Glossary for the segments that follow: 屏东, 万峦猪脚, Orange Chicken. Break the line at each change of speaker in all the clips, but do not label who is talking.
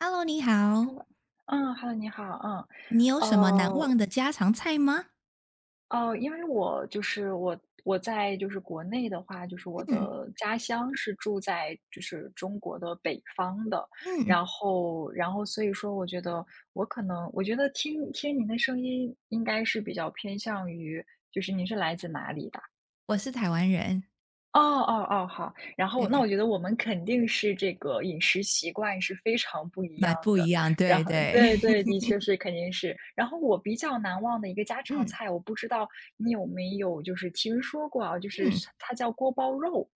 Hello，你好，
嗯，Hello，你好，
你有什么难
哦，
忘的家常菜吗？
哦，因为我在就是国内的话，就是我
嗯
的家乡是住在就是中国的北方的。
嗯，
然后所以说，我觉得我可能我觉得听您的声音，应该是比较偏向于您是来自哪里的？
我是台湾人，
哦哦哦，好。然后那我
对，
觉得我们肯定是这个饮食习惯是非常不一样
蛮不一
的。
样，
然
对
后
对，
对对，的确 是，肯定是。然后我比较难忘的一个家常
嗯
菜，我不知道你有没有听说过啊，就是
嗯
它叫锅包肉，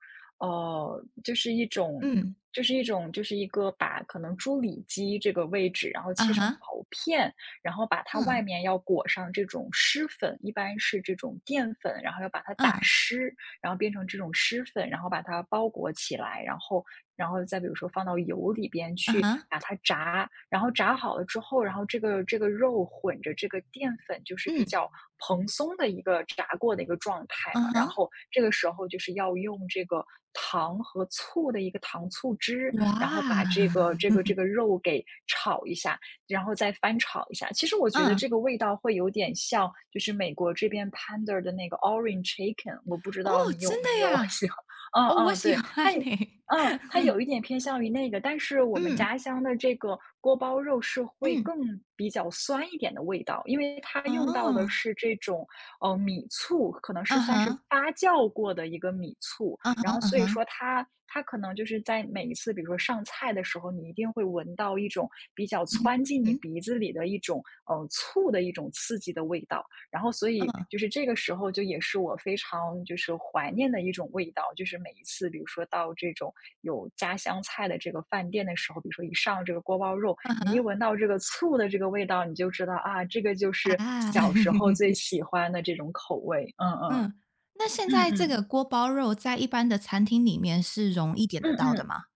就是一种
嗯，
就是一个把可能猪里脊这个位置，然后
啊
切成
哈，
薄片，然后把它
嗯
外面要裹上这种湿粉，一般是这种淀粉，然后要把它打
嗯
湿，然后变成这种湿粉，然后把它包裹起来，然后再比如说放到油里边
啊
去
哈，
把它炸，然后炸好了之后，然后这个肉混着这个淀粉，就是比
嗯
较蓬松的一个炸过的一个状态
啊
嘛。然
哈，
后这个时候就是要用这个糖和醋的一个糖醋汁，
哇，
然后把这个这个 这个肉给炒一下。然后再翻炒一下。其实我觉得
嗯，
这个味道会有点像，就是美国这边 p a n d a 的那个 Orange Chicken,我不知
哦，
道你有
真
没
的
有
呀，
喜欢？嗯
哦，我
嗯，
喜
对，
欢
它也
你、
嗯，它
嗯
有一点偏向于那个，但是我们
嗯
家乡的这个锅包肉是会
嗯，
更比较酸一点的味道，因为它用到的
哦，
是这种米醋，可能
啊
是算是
哈，
发酵过的一个米醋。
啊哈，
然后
啊
所以
哈，
说它可能就是在每一次，比如说上菜的时候，你一定会闻到一种比较
嗯
窜进你
嗯
鼻子里的一种醋的一种刺激的味道。然后所以
嗯，
就是这个时候就也是我非常就是怀念的一种味道，就是每一次比如说到这种有家乡菜的这个饭店的时候，比如说一上这个锅包肉，
啊
你一
哈
闻到这个醋的这个味道，你就知道啊，这个就是
啊。
小时候最 喜欢的这种口味。嗯嗯
嗯，那现
嗯
在这
嗯
个锅包肉在一般的餐厅里面是容易点得
嗯
到的
嗯。
吗？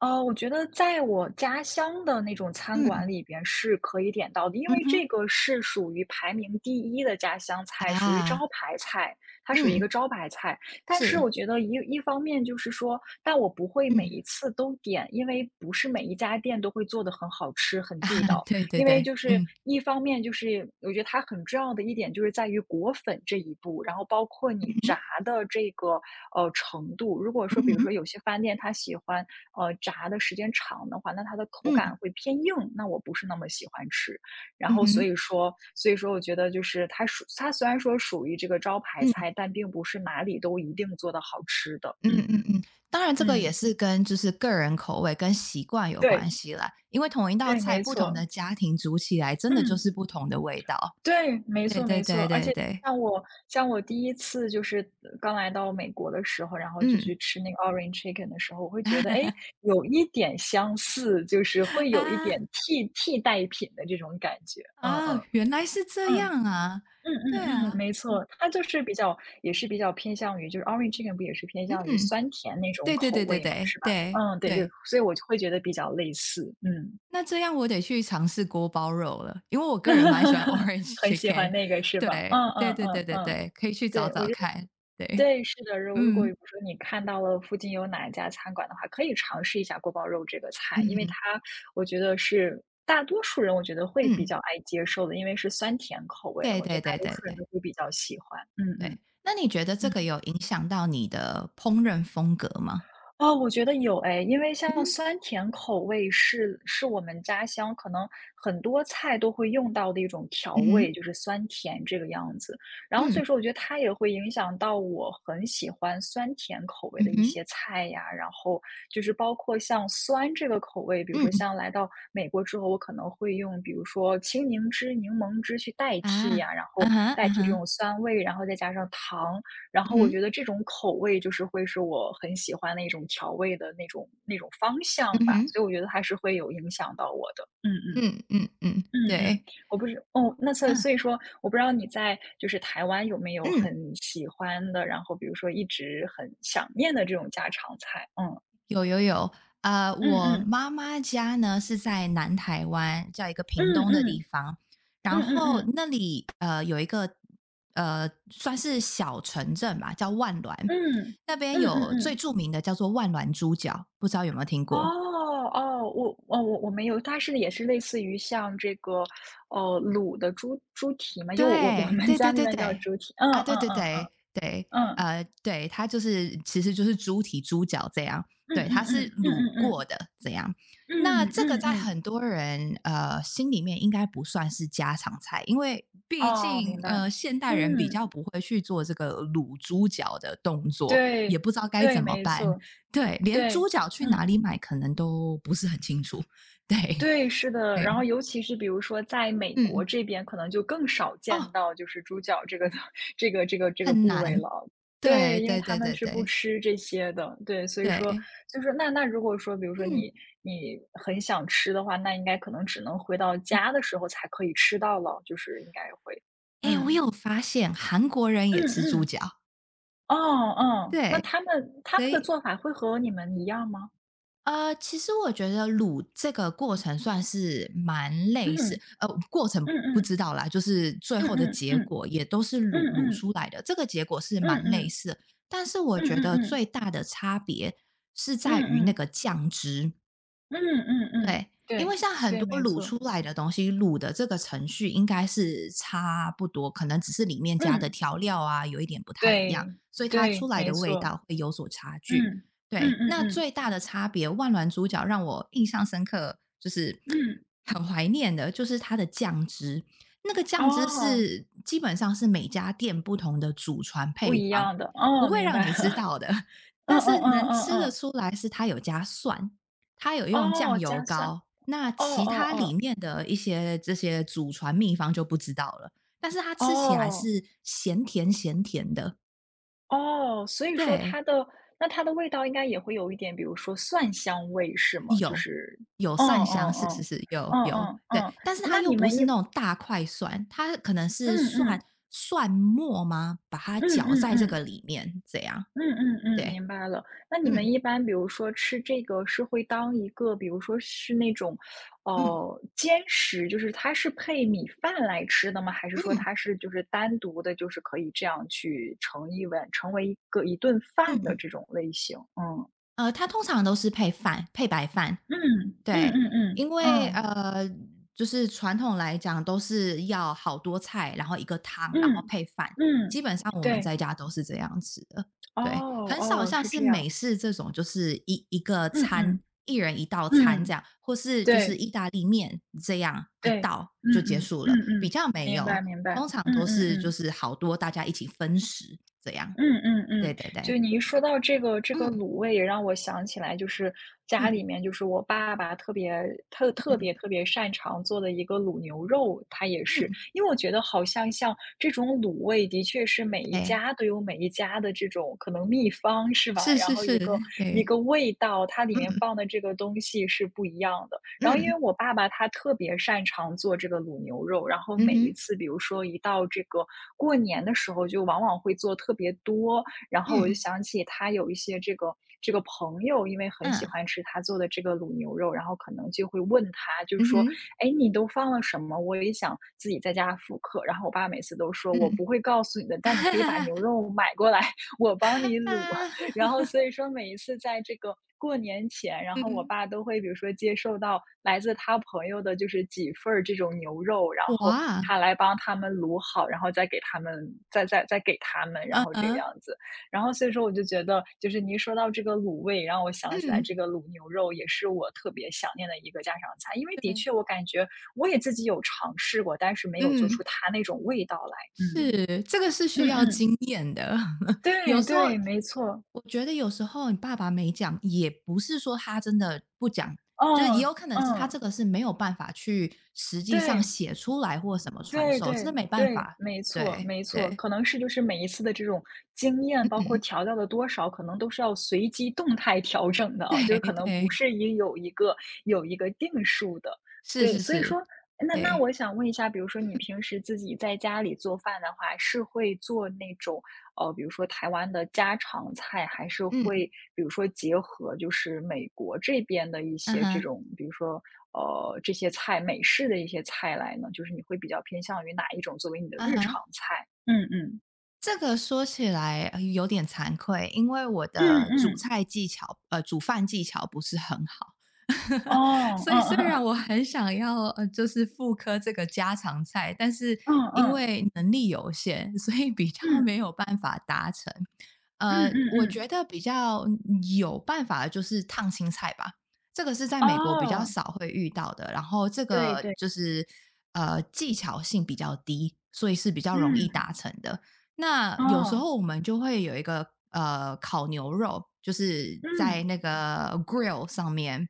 我觉得在我家乡的那种餐馆
嗯，
里边是可以点到的，因
嗯
为
哼，
这个是属于排名第一的家乡菜，属于招
啊，
牌菜，它属于一个
嗯，
招牌菜。但是
是，
我觉得一方面就是说，但我不会每
嗯，
一次都点，因为不是每一家店都会做得很好吃、很地
啊，
道。
对对
因为
对，
就是
嗯，
一方面就是我觉得它很重要的一点就是在于裹粉这一步，然后包括
嗯
你
哼，
炸的这个程度。如果
嗯
说比如说
哼，
有些饭店它喜欢炸的时间长的话，那它的口
嗯，
感会偏硬，那我不是那么喜欢吃。然
嗯
后所
哼，
以说，所以说我觉得就是它属它虽然说属于这个招牌
嗯，
菜，但并不是哪里都一定做的好吃的。嗯
嗯
嗯
嗯嗯。当然这个也
嗯，
是跟就是个人口味跟习惯有关
对
系啦，因为同一道
对，
菜
没
不同
错，
的家庭煮起来真的就
嗯。
是不同的味道。
对，没
对
错
对
没错，
对
而
对
且
对，
像我像我第一次就是刚来到美国的时候，然后就去
嗯，
吃那个 Orange Chicken 的时候，我会觉得哎，诶，有一点相似，就是 会有一点
啊，
替代品的这种感觉，嗯
啊，
嗯，
原来是这
嗯。
样啊，
嗯
对
嗯嗯，
啊，
没错，它就是比较也是比较偏向于就是 Orange Chicken 不也是偏向于
嗯。
酸甜那种
对对
口
对对
味嘛，
对
是吧？
对
嗯，对，就
对，
所以我就会觉得比较类似，嗯。
那这样我得去尝试锅包肉了，因为我个人蛮喜欢 Orange
很喜欢
Chicken。
那个是吧？
对
嗯
对
嗯
对对
嗯
对
嗯。
对，可以去找
对，我
找
觉得
看。对，
对，是的。如果比
嗯
如说你看到了附近有哪一家餐馆的话，可以尝试一下锅包肉这个菜，
嗯
因为
哼
它我觉得是大多数人我觉得会比
嗯，
较爱接受的，因为是酸甜口味的，
对
我觉得
对
大
对
多
对
数人
对
都会比较喜欢。嗯
对。
嗯。
那你觉得这个有影响到你的烹饪风格吗？
哦，我觉得有哎，因为像
嗯
酸甜口味是我们家乡可能很多菜都会用到的一种调
嗯
味，
哼
就是酸甜这个样子。然后所以
嗯
说，我觉得它也会影响到我很喜欢酸甜口味
嗯
的一
哼
些菜呀，然后就是包括像酸这个口味，比如说
嗯
像来到美国之后，我可能会用比如说青柠汁、柠檬汁去代替
啊
呀，然后
嗯哼啊
代替这
哈
种酸味，然后再加上糖。然
嗯
后我
哼
觉得这种口味就是会是我很喜欢的一种调味的那种方向
嗯
吧，
哼
所以我觉得还是会有影响到我的。嗯嗯。
嗯嗯嗯，
嗯嗯，
对，
我不是哦，那所以
嗯
所以说，我不知道你在就是台湾有没有
嗯。
很喜欢的，然后比如说一直很想念的这种家常菜？嗯。
有有有，
嗯
我
嗯。
妈妈家呢是在南台湾，叫一个
嗯
屏东的地
嗯。
方，然
嗯嗯
后
嗯。
那里有一个算是小城镇吧，叫万
嗯。
峦，那边
嗯嗯
有
嗯
最
嗯。
著名的叫做万峦猪脚，不知道有没有听
哦，
过？
哦，我我没有，它是也是类似于像这个，卤的猪蹄嘛，就我我
对，
们
对
家
对
那
对
边叫
对，
猪蹄，嗯
啊，对
嗯
对
嗯
对
嗯
对，
嗯
对，它就是其实就是猪蹄、猪脚这样，
嗯
对，它是
嗯
卤
嗯
过
嗯
的这样。那
嗯嗯
这个
嗯
在
嗯，
很多人心里面应该不算是家常菜，因为毕
哦，
竟
明白，
现代人比
嗯，
较不会去做这个卤猪脚的动作，也
对
不知道该
对，
怎么
没
办。
错，
对，连
对，
猪脚去哪
嗯。
里买可能都不是很清楚。对
对，是的。
对，
然后尤其是比如说在美国
嗯，
这边，可能就更少见
哦，
到就是猪脚这个 这个
很
部位
难。
了。
对
对，因为
对
他
对
们
对
是不
对
吃这些的，对，所以说
对，
就是那如果说，比如说
嗯
你很想吃的话，那应该可能只能回到
嗯，
家的时候才可以吃到了，就是应该会，
哎，我
嗯
有发现韩国人
嗯
也吃猪
嗯，
脚，
哦哦，那
对，
他们他
所
们的
以
做法会和你们一样吗？
其实我觉得卤这个过程算是蛮类似，
嗯
过程
嗯
不
嗯
知道啦，就是最
嗯
后的
嗯
结
嗯
果也都是卤
嗯
卤
嗯
出来的，这个结果是
嗯
蛮
嗯
类
嗯
似的但是我
嗯
觉得
嗯嗯。
最大的差别是
嗯
在于那
嗯，
个酱汁。
嗯嗯嗯，
对，因为
对，
像很
对，
多
没
卤出
错，
来的东西，卤的这个程序应该是差不多，可能只是里面加的
嗯。
调料啊，有一点不太一样，
对，
所以它出
对，
来
没
的味
错，
道会有所差距。
嗯，嗯
对，
嗯
那最
嗯，
大的差别，万峦猪脚让我印象深刻，就是
嗯，
很怀念的，就是它的酱汁。那个酱汁
哦，
是基本上是每家店不同的祖传
不
配
一
方，
样的，
不
哦，
会
明
让
白
你知
了，
道的，
嗯
但
嗯
是
嗯
能
嗯
吃得
嗯，
出来是它有加蒜，它有用酱
哦，
油
加蒜，
膏，那
哦
其他里
哦
面的一些这些祖传秘方就不知道了。但是它
哦，
吃起来
哦，
是咸甜咸甜的，
哦，所以说
对，
它的那它的味道应该也会有一点，比如说蒜香味是吗？就
有
是，
有
嗯
蒜香，
嗯
是是
嗯，
是，有
嗯
有
嗯
对，
嗯，
但是它
那
又
你
不
们一，
是那种大块蒜，它可能
嗯
是蒜
嗯，
蒜末吗？把它
嗯
搅
嗯
在这个
嗯。
里面，这样
嗯嗯嗯，
对，
明白了。那你们
嗯
一般比如说吃这个是会当一个，比如说是那种，
嗯
兼食，就是它是配米饭来吃的吗？还是说
嗯
它是就是单独的，就是可以这样去盛一碗，成为一个一顿
嗯，
饭的这种类型？嗯
它通常都是配饭配白饭，
嗯嗯
对，因
嗯
为，
嗯
就是传统来讲都是要好多菜，然后一个汤，然后
嗯
配饭，
嗯嗯，
基本上我们
对，
在家都是这样子的。
哦
对，很少
哦，
像
是
是
这
美
样，
式这种，就是一个
嗯
餐，
嗯
一人一道餐这
嗯，
样，或是就是
对
意大利面这样一
对，
道
嗯
就结
嗯
束
嗯
了，比
嗯，
较没
明白
有，
明白，
通常
嗯
都
嗯
是就
嗯。
是好多大家一起分食这样。
嗯嗯
对
嗯，
对对
就你一说
对，
到这个这个
嗯
卤味，也让我想起来，就是家
嗯
里面就是我爸爸特别特特
嗯
别特别擅长做的一个卤牛肉，他也是，
嗯，
因为我觉得好像像这种卤味，的确是每一
对，
家都有每一家的这种可能秘方是吧？
是
然
是
后
是，
一个一
对，
个味道，它里面
嗯。
放的这个东西是不一样的。然后因为
嗯，
我爸爸他特别擅长做这个卤牛肉，然后
嗯
每一
哼。
次比如说一到这个过年的时候，就往往会做特别多。然后我就
嗯，
想起他有一些这个朋友，因为很喜
嗯。
欢吃他做的这个卤牛肉，然后可能就会问他，就是
嗯
说，
哼，
哎，你都放了什么？我也想自己在家复刻。然后我爸每次都说我不
嗯。
会告诉你的，但你可以把牛 肉买过来，我帮你卤。
啊，
然后所以说每一次在这个过年前，然后我
嗯，
爸都会比如说接受到来自他朋友的就是几份儿这种牛肉，然
我
后他
啊，
来帮他们卤好，然后再给他们，再给他们，然后这个样
嗯
子。然后所以说我就觉得，就是您说到这个卤味，让我
嗯
想起来
嗯，
这个卤牛肉也是我特别想念的一个家常菜，因为的
对，
确我感觉我也自己有尝试过，但是没有做
嗯，
出它那种味道来。嗯
是，这个是需
嗯
要
嗯，
经验的。有
对
时候
对，没错，
我觉得有时候你爸爸没讲，也不是说他真的不讲，就是也
嗯
有可能是他这
嗯。
个是没有办法去实际上
对，
写出来或什么传
对
授，真的
对
没办
对，
法。
没错
对，
没错，
对，
可能是就是每一次的这种经验，包括
嗯，
调料的多少，可能都是要随机动态调整的
对
啊，就是可能不
对。
是一有一个有一个定数的。
是
对，
是
所以
是，
说，那
对。
我想问一下，比如说
嗯
你平时自己在家里做饭的话，是会做那种，比如说台湾的家常菜，还是
嗯，
会比如说结合就是美国这边的一
嗯
些这
哼，
种，比如说这些菜，美式的一些菜来呢？就是你会比较偏向于哪一种作为你的
嗯
日
哼，
常菜？嗯嗯。
这个说起来有点惭愧，因为我
嗯
的煮
嗯，
菜技巧，煮饭技巧不是很好。
哦，
所以虽
嗯
然
嗯
我很想要，就是复刻这个家常菜，但是
嗯
因
嗯
为能力有限，所以比较没
嗯
有办法达成。
嗯嗯
我
嗯，
觉得比较有办法的就是烫青菜吧，这个是在美国比较
哦，
少会遇到的，然后这
对
个
对，
就是技巧性比较低，所以是比较容易
嗯，
达成的。那有时
哦，
候我们就会有一个烤牛肉，就是在
嗯
那个 grill 上面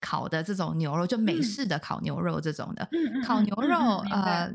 烤的这种牛肉，就
嗯
美式
嗯
的烤牛肉这种的
嗯
烤
嗯
牛
嗯
肉。
嗯，明白，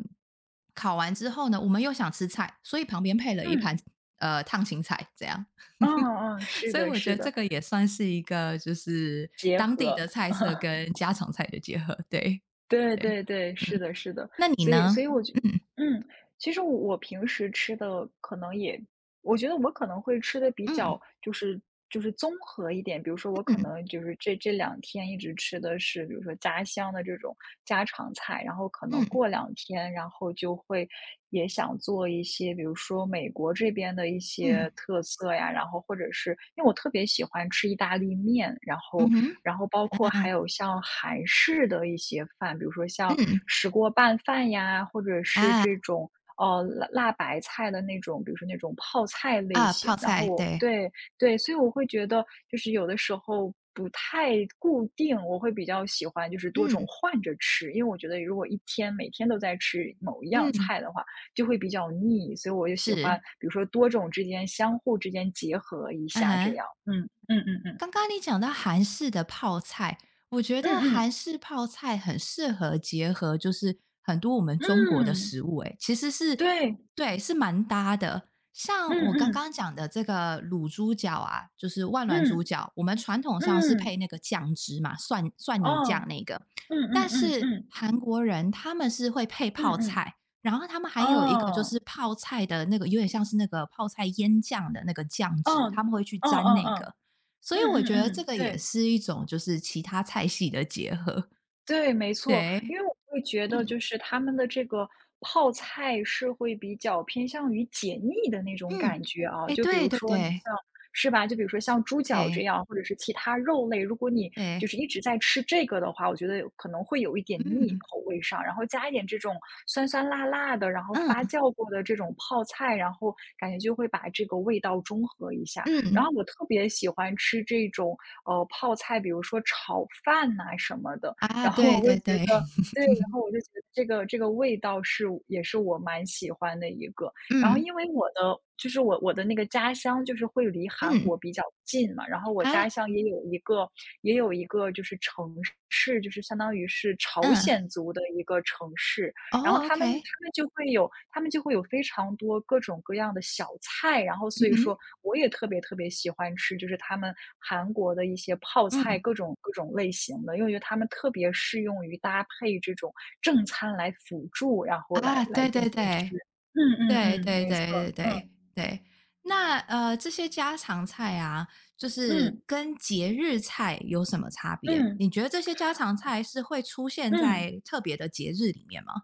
烤完之后呢，我们又想吃菜，所以旁边配了一盘
嗯，
烫青菜，这样。
哦 哦，是
所以
的，
我觉
是
得这
的，
个也算是一个，就是
结
当地
合。
的菜色跟家常菜的结合。对
对
对，
对对，是
嗯，
的，是的，
那你
所以所
呢？
以我觉
嗯
嗯，其实我平时吃的可能也，我觉得我可能会吃的比
嗯
较就是综合一点，比如说我可
嗯
能就是这两天一直吃的是，比如说家乡的这种家常菜，然后可能
嗯
过两天，然后就会也想做一些，比如说美国这边的一
嗯嗯
些特色呀，然后或者是因为我特别喜欢吃意大利面，然
嗯
后
哼，
然后包括还
啊。
有像韩式的一些饭，比如说像
嗯，
石锅拌饭呀，或者是
啊，
这种辣白菜的那种，比如说那种泡菜类
啊，
型。
泡
然后
菜，
我
对，
对对，所以我会觉得就是有的时候不太固定，我会比较喜欢就是多种
嗯，
换着吃，因为我觉得如果一天每天都在吃某一样
嗯，
菜的话，就会比较腻，所以我就喜欢
是，
比如说多种之间相互之间结合一
啊
下这
哈。
样。嗯嗯嗯嗯
刚刚你讲到韩式的泡菜，我觉
嗯
得韩
嗯。
式泡菜很适合结合，就是很多我们中国的
嗯，
食物、欸，诶，其实是
对，
对，是蛮搭的。像
嗯
我刚
嗯
刚讲的这个卤猪脚啊，就是万峦猪
嗯
脚，我们传统上是配
嗯，
那个酱汁嘛，蒜泥酱
哦，
那个，
嗯嗯
但
嗯
是
嗯
韩国人他们是会配
嗯
泡
嗯，
菜，然后他们还有一个就是
哦，
泡菜的那个，有点像是那个泡菜腌酱的那个酱汁，
哦，
他们会去
哦哦
沾那
哦，
个。所以
嗯
我
嗯
觉得这
嗯，
个也
对。
是一种就是其他菜系的结合。
对，没错，
对，
因为我会觉得
嗯
就是他们的这个泡菜是会比较偏向于解腻的那种
嗯，
感觉啊，
哎，
就比
对
如
对
说你
对
像是吧？就比如说像猪脚这
对
样，或者是其他肉类，如果你
对，
就是一直在吃这个的话，我觉得可能会有一点腻
嗯
口味上，然后加一点这种酸酸辣辣的，然后
嗯
发酵过的这种泡菜，然后感觉就会把这个味道中和一下。然
嗯，
后我特别喜欢吃这种泡菜，比如说炒饭呐、什么的，
啊，
然后
对
我会
对
觉得
对，
对，然后我就觉得这个味道是也是我蛮喜欢的一个。然后
嗯
因为我的就是我的那个家乡就是会离韩
嗯，
国比较近嘛，然后我家
啊，
乡也有一个就是城市，就是相当于是朝
嗯，
鲜族的一个城市，
哦
然后他们他
，OK，
们就会有他们就会有非常多各种各样的小菜，然后
嗯
所以
哼，
说我也特别特别喜欢吃，就是他们韩国的一些泡菜，
嗯，
各种类型的，因为我觉得他们特别适用于搭配这种正餐来辅助，然后来
啊，
来
对
进
对
行
对。
吃。嗯嗯
对
嗯，
对
没错，
对对
嗯，
对对，那这些家常菜啊，就是
嗯，
跟节日菜有什么差别？
嗯，
你觉得这些家常菜是会出现
嗯。
在特别的节日里面吗？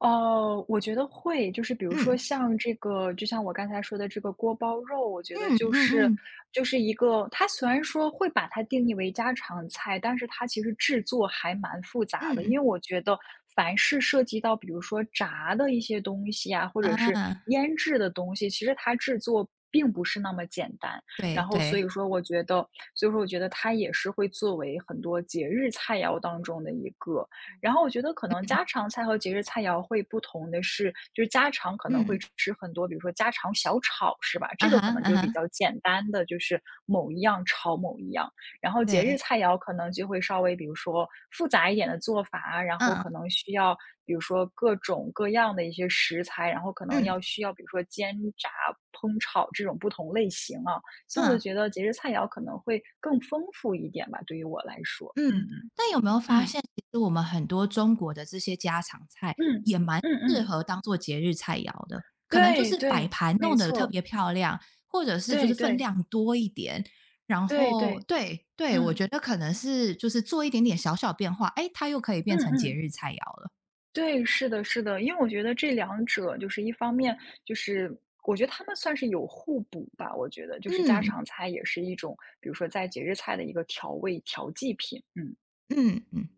哦，我觉得会，就是比如说
嗯
像这个，就像我刚才说的这个锅包肉，我觉得
嗯
就是
嗯
就是一个，它虽然说会把它定义为家常菜，但是它其实制作还蛮复杂的。
嗯
因
嗯，
为我觉得凡是涉及到比如说炸的一些东西啊，或者是
啊，
腌制的东西，其实它制作并不是那么简单。
对
然后所以
对，
说，我觉得，所以说我觉得它也是会作为很多节日菜肴当中的一个。然后我觉得可能家
嗯
常菜和节日菜肴会不同的是，就是家常可能会
嗯，
吃很多，比如说家常小炒，是吧？
啊
这个
哈
可能
啊
就是比
哈，
较简单的，就是某一样炒某一样。然后节日
对，
菜肴可能就会稍微，比如说复杂一点的做法啊然后
嗯
可能需要，比如说各种各样的一些食材，然后可能
嗯
要需要，比如说煎炸、烹炒这种不同类型啊。所以我就
嗯。
觉得节日菜肴可能会更丰富一点吧，对于我来说。嗯
嗯，
嗯
但有没有发
嗯
现，其实我们很多中国的这些家常菜
嗯
也蛮
嗯
适
嗯。
合当做节日菜肴的，可能就
对
是摆
对，
盘
没
弄得特
错，
别漂亮，或者是就是
对
分
对
量多一点。然
对
后，
对，
对对，我
嗯
觉得可能是就是做一点点小小变化，哎，它又可以变
嗯
成节
嗯，
日菜肴了。
对，是的，是的，因为我觉得这两者就是一方面，就是我觉得他们算是有互补吧，我觉得就是家
嗯
常菜也是一种，比如说在节日菜的一个调味调剂品，嗯。
嗯嗯。